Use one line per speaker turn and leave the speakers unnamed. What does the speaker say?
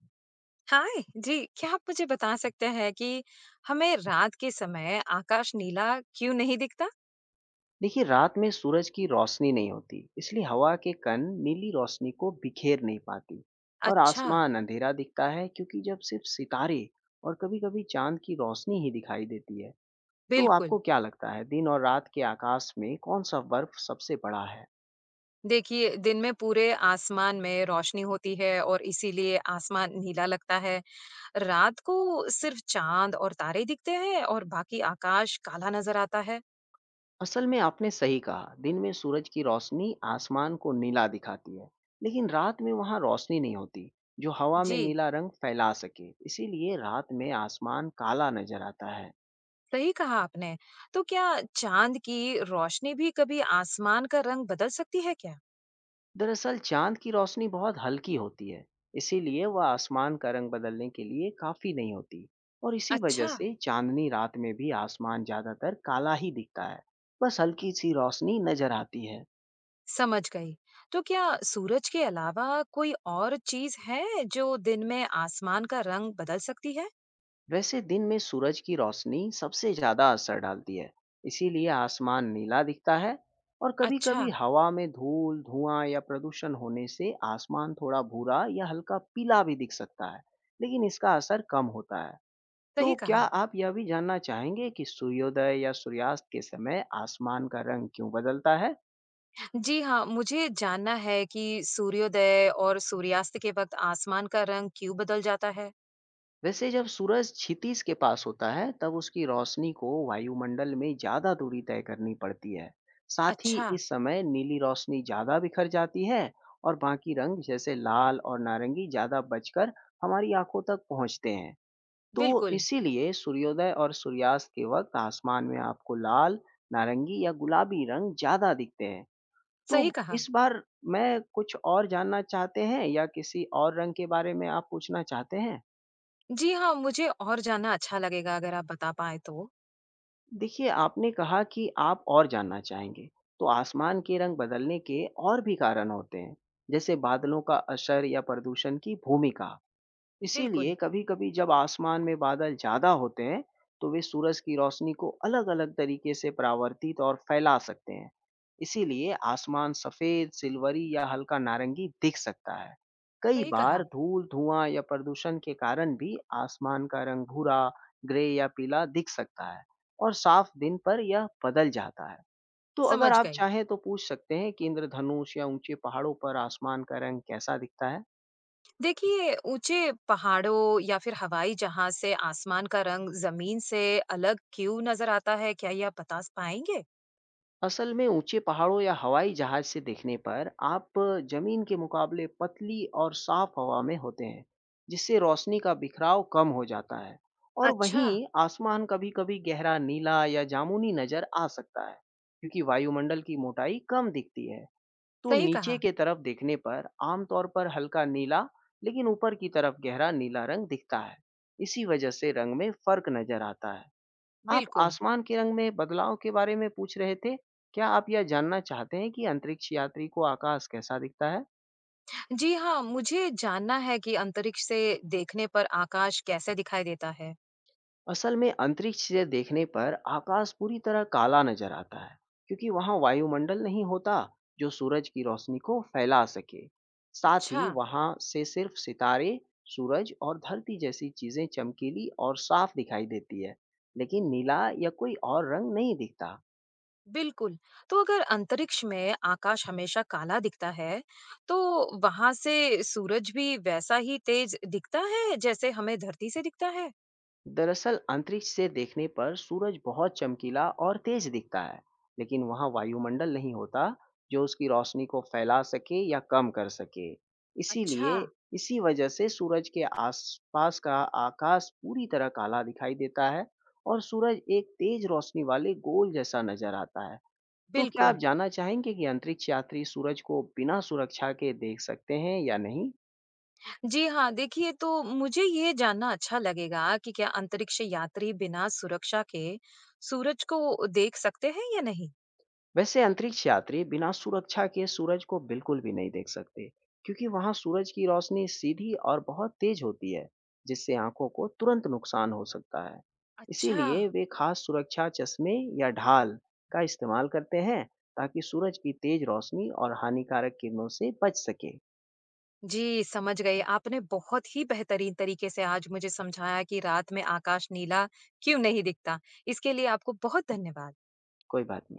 हाय जी, क्या आप मुझे बता सकते हैं कि हमें रात के समय आकाश नीला क्यों नहीं दिखता?
देखिए, रात में सूरज की रोशनी नहीं होती, इसलिए हवा के कण नीली रोशनी को बिखेर नहीं पाती और
अच्छा,
आसमान अंधेरा दिखता है, क्योंकि जब सिर्फ सितारे और कभी कभी चांद की रोशनी ही दिखाई देती है। तो
बिल्कुल।
आपको क्या लगता है, दिन और रात के आकाश में कौन सा बर्फ सबसे बड़ा है।
देखिए, दिन में पूरे आसमान में रोशनी होती है और इसीलिए आसमान नीला लगता है। रात को सिर्फ चांद और तारे दिखते हैं और बाकी आकाश काला नजर आता है।
असल में आपने सही कहा, दिन में सूरज की रोशनी आसमान को नीला दिखाती है, लेकिन रात में वहाँ रोशनी नहीं होती जो हवा में
जी,
नीला रंग फैला सके, इसीलिए रात में आसमान काला नजर आता है।
सही कहा आपने। तो क्या चांद की रोशनी भी कभी आसमान का रंग बदल सकती है क्या?
दरअसल चांद की रोशनी बहुत हल्की होती है, इसीलिए वह आसमान का रंग बदलने के लिए काफी नहीं होती और इसी वजह
अच्छा।
से चांदनी रात में भी आसमान ज्यादातर काला ही दिखता है। बस हल्की सी रोशनी नजर आती है।
समझ गई। तो क्या सूरज के अलावा कोई और चीज है जो दिन में आसमान का रंग बदल सकती है?
वैसे दिन में सूरज की रोशनी सबसे ज्यादा असर डालती है, इसीलिए आसमान नीला दिखता है और
अच्छा,
कभी-कभी हवा में धूल, धुआं या प्रदूषण होने से आसमान थोड़ा भूरा या हल्का पीला भी दिख सकता है, लेकिन इसका असर कम होता है। तो
सही
क्या
कहा।
आप यह भी जानना चाहेंगे कि सूर्योदय या सूर्यास्त के समय आसमान का रंग क्यों बदलता है?
जी हाँ, मुझे जानना है कि सूर्योदय और सूर्यास्त के वक्त आसमान का रंग क्यों बदल जाता है?
वैसे जब सूरज क्षितिज के पास होता है, तब उसकी रोशनी को वायुमंडल में ज्यादा दूरी तय करनी पड़ती है। साथ ही
अच्छा,
इस समय नीली रोशनी ज्यादा बिखर जाती है और बाकी रंग जैसे लाल और नारंगी ज्यादा बचकर हमारी आंखों तक पहुंचते हैं। तो
बिल्कुल,
इसीलिए सूर्योदय और सूर्यास्त के वक्त आसमान में आपको लाल, नारंगी या गुलाबी रंग ज्यादा दिखते हैं। तो
सही कहा।
इस बार मैं कुछ और जानना चाहते हैं या किसी और रंग के बारे में आप पूछना चाहते हैं?
जी हाँ, मुझे और जानना अच्छा लगेगा अगर आप बता पाए तो।
देखिए, आपने कहा कि आप और जानना चाहेंगे, तो आसमान के रंग बदलने के और भी कारण होते हैं, जैसे बादलों का असर या प्रदूषण की भूमिका।
बिल्कुल,
इसीलिए कभी-कभी जब आसमान में बादल ज़्यादा होते हैं, तो वे सूरज की रोशनी को अलग-अलग तरीके से परावर्तित और फैला सकते हैं। इसीलिए आसमान सफ़ेद, सिल्वरी या हल्का नारंगी दिख सकता है। कई
सही कहा,
बार धूल, धुआं या प्रदूषण के कारण भी आसमान का रंग भूरा, ग्रे या पीला दिख सकता है और साफ दिन पर यह बदल जाता है। तो अगर
समझ
आप
गई।
चाहें तो पूछ सकते हैं कि इंद्रधनुष या ऊंचे पहाड़ों पर आसमान का रंग कैसा दिखता है।
देखिए, ऊँचे पहाड़ों या फिर हवाई जहाज़ से आसमान का रंग ज़मीन से अलग क्यों नज़र आता है, क्या ये आप बता स पाएँगे?
असल में ऊंचे पहाड़ों या हवाई जहाज से देखने पर आप जमीन के मुकाबले पतली और साफ हवा में होते हैं, जिससे रोशनी का बिखराव कम हो जाता है और
अच्छा,
वहीं आसमान कभी कभी गहरा नीला या जामुनी नजर आ सकता है, क्योंकि वायुमंडल की मोटाई कम दिखती है। तो
सही
नीचे
कहा,
के तरफ देखने पर आमतौर पर हल्का नीला, लेकिन ऊपर की तरफ गहरा नीला रंग दिखता है। इसी वजह से रंग में फर्क नजर आता है। आप
बिल्कुल।
आसमान के रंग में बदलाव के बारे में पूछ रहे थे। क्या आप यह जानना चाहते हैं कि अंतरिक्ष यात्री को आकाश कैसा दिखता है?
जी हाँ, मुझे जानना है कि अंतरिक्ष से देखने पर आकाश कैसे दिखाई देता है?
असल में अंतरिक्ष से देखने पर आकाश पूरी तरह काला नजर आता है, क्योंकि वहां वायुमंडल नहीं होता जो सूरज की रोशनी को फैला सके। साथ
अच्छा,
ही वहां से सिर्फ सितारे, सूरज और धरती जैसी चीजें चमकीली और साफ दिखाई देती है, लेकिन नीला या कोई और रंग नहीं दिखता।
बिल्कुल। तो अगर अंतरिक्ष में आकाश हमेशा काला दिखता है, तो वहाँ से सूरज भी वैसा ही तेज दिखता है, जैसे हमें धरती से दिखता है?
दरअसल अंतरिक्ष से देखने पर सूरज बहुत चमकीला और तेज दिखता है, लेकिन वहाँ वायुमंडल नहीं होता जो उसकी रोशनी को फैला सके या कम कर सके,
अच्छा,
इसीलिए इसी वजह से सूरज के आसपास का आकाश पूरी तरह काला दिखाई देता है और सूरज एक तेज रोशनी वाले गोल जैसा नजर आता है। तो क्या आप
बिल्कुल।
जानना चाहेंगे कि अंतरिक्ष यात्री सूरज को बिना सुरक्षा के देख सकते हैं या नहीं?
जी हाँ, देखिए तो मुझे ये जानना अच्छा लगेगा कि क्या अंतरिक्ष यात्री बिना सुरक्षा के सूरज को देख सकते हैं या नहीं?
वैसे अंतरिक्ष यात्री बिना सुरक्षा के सूरज को बिल्कुल भी नहीं देख सकते, क्योंकि वहां सूरज की रोशनी सीधी और बहुत तेज होती है, जिससे आंखों को तुरंत नुकसान हो सकता है।
अच्छा,
इसीलिए वे खास सुरक्षा चश्मे या ढाल का इस्तेमाल करते हैं, ताकि सूरज की तेज रोशनी और हानिकारक किरणों से बच सके।
जी समझ गई। आपने बहुत ही बेहतरीन तरीके से आज मुझे समझाया कि रात में आकाश नीला क्यों नहीं दिखता। इसके लिए आपको बहुत धन्यवाद।
कोई बात नहीं।